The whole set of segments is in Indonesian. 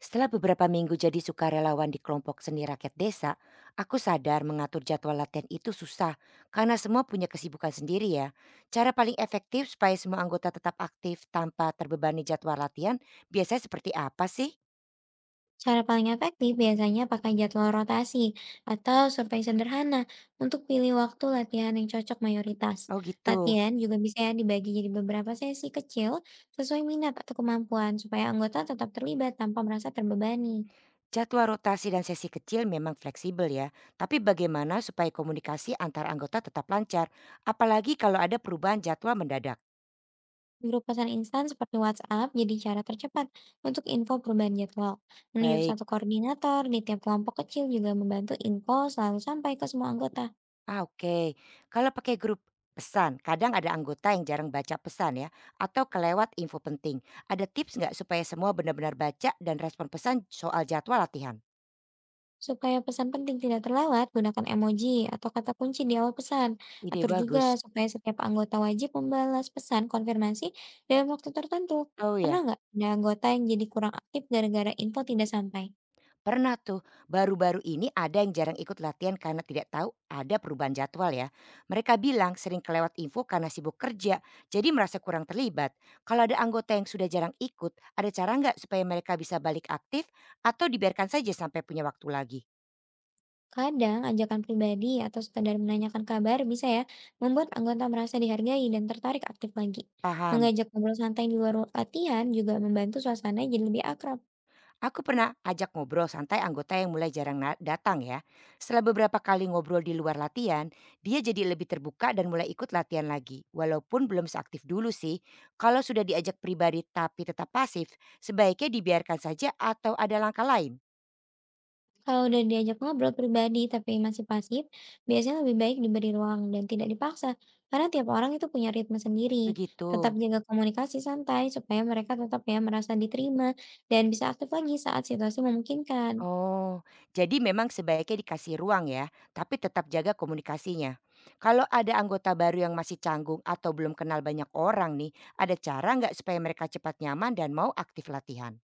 Setelah beberapa minggu jadi sukarelawan di kelompok seni rakyat desa, aku sadar mengatur jadwal latihan itu susah karena semua punya kesibukan sendiri ya. Cara paling efektif supaya semua anggota tetap aktif tanpa terbebani jadwal latihan biasanya seperti apa sih? Cara paling efektif biasanya pakai jadwal rotasi atau survei sederhana untuk pilih waktu latihan yang cocok mayoritas. Oh gitu. Latihan juga bisa ya dibagi jadi beberapa sesi kecil sesuai minat atau kemampuan supaya anggota tetap terlibat tanpa merasa terbebani. Jadwal rotasi dan sesi kecil memang fleksibel ya, tapi bagaimana supaya komunikasi antar anggota tetap lancar, apalagi kalau ada perubahan jadwal mendadak? Grup pesan instan seperti WhatsApp jadi cara tercepat untuk info perubahan jadwal. Menunjuk Baik. satu koordinator di tiap kelompok kecil juga membantu info selalu sampai ke semua anggota. Oke. Kalau pakai grup pesan, kadang ada anggota yang jarang baca pesan ya, atau kelewat info penting. Ada tips nggak supaya semua benar-benar baca dan respon pesan soal jadwal latihan? Supaya pesan penting tidak terlewat, gunakan emoji atau kata kunci di awal pesan. Ide Atur juga bagus. supaya setiap anggota wajib membalas pesan konfirmasi dalam waktu tertentu. Oh Pernah ya, nggak ada anggota yang jadi kurang aktif gara-gara info tidak sampai? pernah tuh. Baru-baru ini ada yang jarang ikut latihan karena tidak tahu ada perubahan jadwal ya. Mereka bilang sering kelewat info karena sibuk kerja, jadi merasa kurang terlibat. Kalau ada anggota yang sudah jarang ikut, ada cara nggak supaya mereka bisa balik aktif atau dibiarkan saja sampai punya waktu lagi? Kadang ajakan pribadi atau sekadar menanyakan kabar bisa ya membuat anggota merasa dihargai dan tertarik aktif lagi. Paham. Mengajak ngobrol santai di luar latihan juga membantu suasana jadi lebih akrab. Aku pernah ajak ngobrol santai anggota yang mulai jarang datang ya. Setelah beberapa kali ngobrol di luar latihan, dia jadi lebih terbuka dan mulai ikut latihan lagi. Walaupun belum seaktif dulu sih, kalau sudah diajak pribadi tapi tetap pasif, sebaiknya dibiarkan saja atau ada langkah lain. Kalau udah diajak ngobrol pribadi tapi masih pasif, biasanya lebih baik diberi ruang dan tidak dipaksa, karena tiap orang itu punya ritme sendiri. Tetap Begitu. jaga komunikasi santai supaya mereka tetap ya merasa diterima dan bisa aktif lagi saat situasi memungkinkan. Oh, jadi memang sebaiknya dikasih ruang ya, tapi tetap jaga komunikasinya. Kalau ada anggota baru yang masih canggung atau belum kenal banyak orang nih, ada cara nggak supaya mereka cepat nyaman dan mau aktif latihan?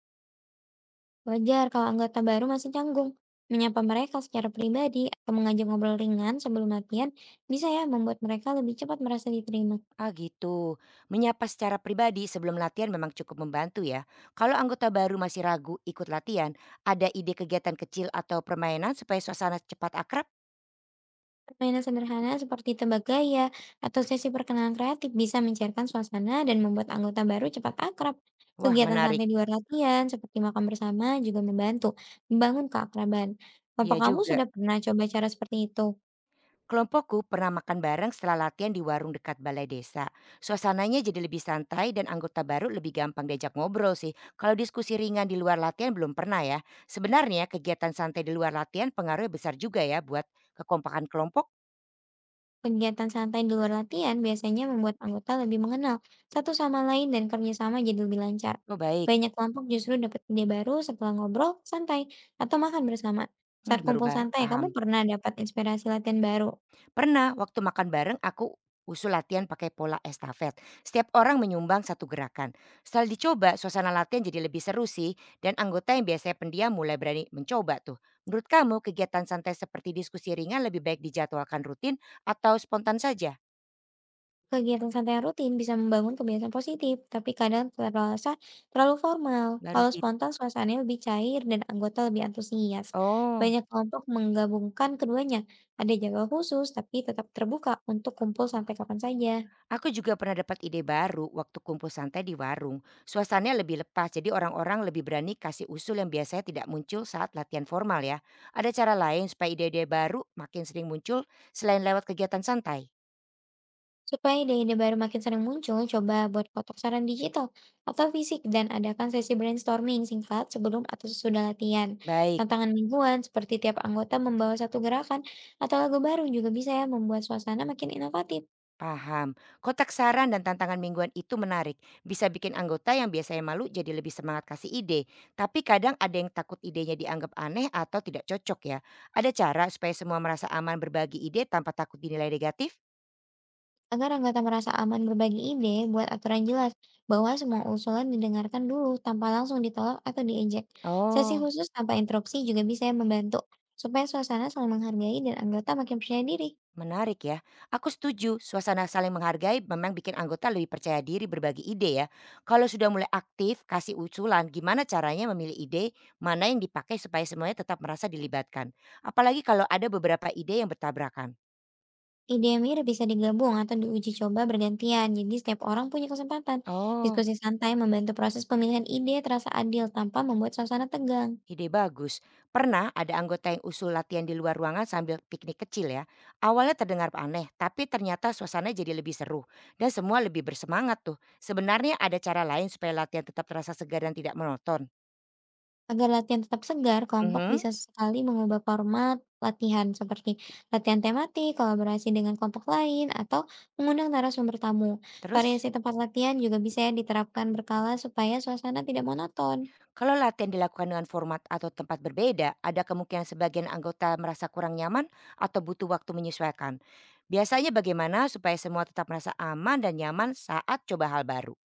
Wajar kalau anggota baru masih canggung. Menyapa mereka secara pribadi atau mengajak ngobrol ringan sebelum latihan bisa ya membuat mereka lebih cepat merasa diterima. Ah gitu, menyapa secara pribadi sebelum latihan memang cukup membantu ya. Kalau anggota baru masih ragu ikut latihan, ada ide kegiatan kecil atau permainan supaya suasana cepat akrab? Permainan sederhana seperti tebak gaya atau sesi perkenalan kreatif bisa mencairkan suasana dan membuat anggota baru cepat akrab. Wah Kegiatan menarik, santai di luar latihan seperti makan bersama juga membantu membangun keakraban. Apa iya kamu juga. sudah pernah coba cara seperti itu? Kelompokku pernah makan bareng setelah latihan di warung dekat balai desa. Suasananya jadi lebih santai dan anggota baru lebih gampang diajak ngobrol sih. Kalau diskusi ringan di luar latihan belum pernah ya. Sebenarnya kegiatan santai di luar latihan pengaruhnya besar juga ya buat kekompakan kelompok. Kegiatan santai di luar latihan biasanya membuat anggota lebih mengenal satu sama lain dan kerjasama jadi lebih lancar. Oh baik, Banyak kelompok justru dapat ide baru setelah ngobrol santai atau makan bersama. Saat kumpul santai, paham. kamu pernah dapat inspirasi latihan baru? Pernah, waktu makan bareng aku usul latihan pakai pola estafet. Setiap orang menyumbang satu gerakan. Setelah dicoba, suasana latihan jadi lebih seru sih dan anggota yang biasanya pendiam mulai berani mencoba tuh. Menurut kamu kegiatan santai seperti diskusi ringan lebih baik dijadwalkan rutin atau spontan saja? Kegiatan santai yang rutin bisa membangun kebiasaan positif, tapi kadang terasa terlalu formal. Baru Kalau gitu. spontan, suasananya lebih cair dan anggota lebih antusias. Oh. Banyak kelompok menggabungkan keduanya. Ada jadwal khusus, tapi tetap terbuka untuk kumpul sampai kapan saja. Aku juga pernah dapat ide baru waktu kumpul santai di warung. Suasananya lebih lepas, jadi orang-orang lebih berani kasih usul yang biasanya tidak muncul saat latihan formal ya. Ada cara lain supaya ide-ide baru makin sering muncul selain lewat kegiatan santai? Supaya ide-ide baru makin sering muncul, coba buat kotak saran digital atau fisik, dan adakan sesi brainstorming singkat sebelum atau sesudah latihan. Baik, Tantangan mingguan seperti tiap anggota membawa satu gerakan atau lagu baru juga bisa ya membuat suasana makin inovatif. paham. Kotak saran dan tantangan mingguan itu menarik. Bisa bikin anggota yang biasanya malu jadi lebih semangat kasih ide. Tapi kadang ada yang takut idenya dianggap aneh atau tidak cocok ya. Ada cara supaya semua merasa aman berbagi ide tanpa takut dinilai negatif? Agar anggota merasa aman berbagi ide, buat aturan jelas bahwa semua usulan didengarkan dulu tanpa langsung ditolak atau diejek. Sesi Oh. khusus tanpa interupsi juga bisa ya membantu, supaya suasana saling menghargai dan anggota makin percaya diri. Menarik ya. Aku setuju, suasana saling menghargai memang bikin anggota lebih percaya diri berbagi ide ya. Kalau sudah mulai aktif, kasih usulan gimana caranya memilih ide, mana yang dipakai supaya semuanya tetap merasa dilibatkan. Apalagi kalau ada beberapa ide yang bertabrakan. Ide yang mirip bisa digabung atau diuji coba bergantian, jadi setiap orang punya kesempatan. Oh, Diskusi santai membantu proses pemilihan ide terasa adil tanpa membuat suasana tegang. ide bagus. Pernah ada anggota yang usul latihan di luar ruangan sambil piknik kecil ya. Awalnya terdengar aneh, tapi ternyata suasana jadi lebih seru. Dan semua lebih bersemangat tuh. Sebenarnya ada cara lain supaya latihan tetap terasa segar dan tidak monoton. Agar latihan tetap segar, kelompok Mhm. bisa sekali mengubah format latihan, seperti latihan tematik, kolaborasi dengan kelompok lain, atau mengundang narasumber tamu. Terus, Variasi tempat latihan juga bisa ya diterapkan berkala supaya suasana tidak monoton. kalau latihan dilakukan dengan format atau tempat berbeda, ada kemungkinan sebagian anggota merasa kurang nyaman atau butuh waktu menyesuaikan. Biasanya bagaimana supaya semua tetap merasa aman dan nyaman saat coba hal baru?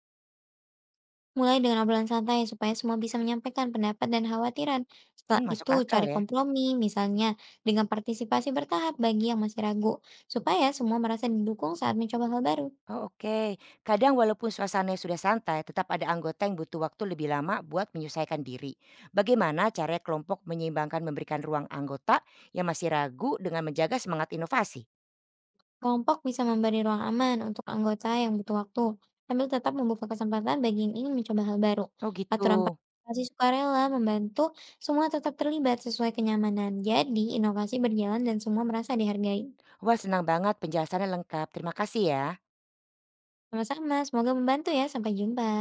Mulai dengan obrolan santai supaya semua bisa menyampaikan pendapat dan khawatiran. Hmm, Setelah masuk itu akal cari ya. kompromi, misalnya dengan partisipasi bertahap bagi yang masih ragu, supaya semua merasa didukung saat mencoba hal baru. Oh, oke, kadang walaupun suasananya sudah santai, tetap ada anggota yang butuh waktu lebih lama buat menyesuaikan diri. Bagaimana cara kelompok menyeimbangkan memberikan ruang anggota yang masih ragu dengan menjaga semangat inovasi? Kelompok bisa memberi ruang aman untuk anggota yang butuh waktu, sambil tetap membuka kesempatan bagi yang ingin mencoba hal baru. Oh gitu. Aturan partisipasi sukarela membantu semua tetap terlibat sesuai kenyamanan. Jadi, inovasi berjalan dan semua merasa dihargai. Wah senang banget penjelasannya lengkap. Terima kasih ya. Sama-sama, semoga membantu ya. Sampai jumpa.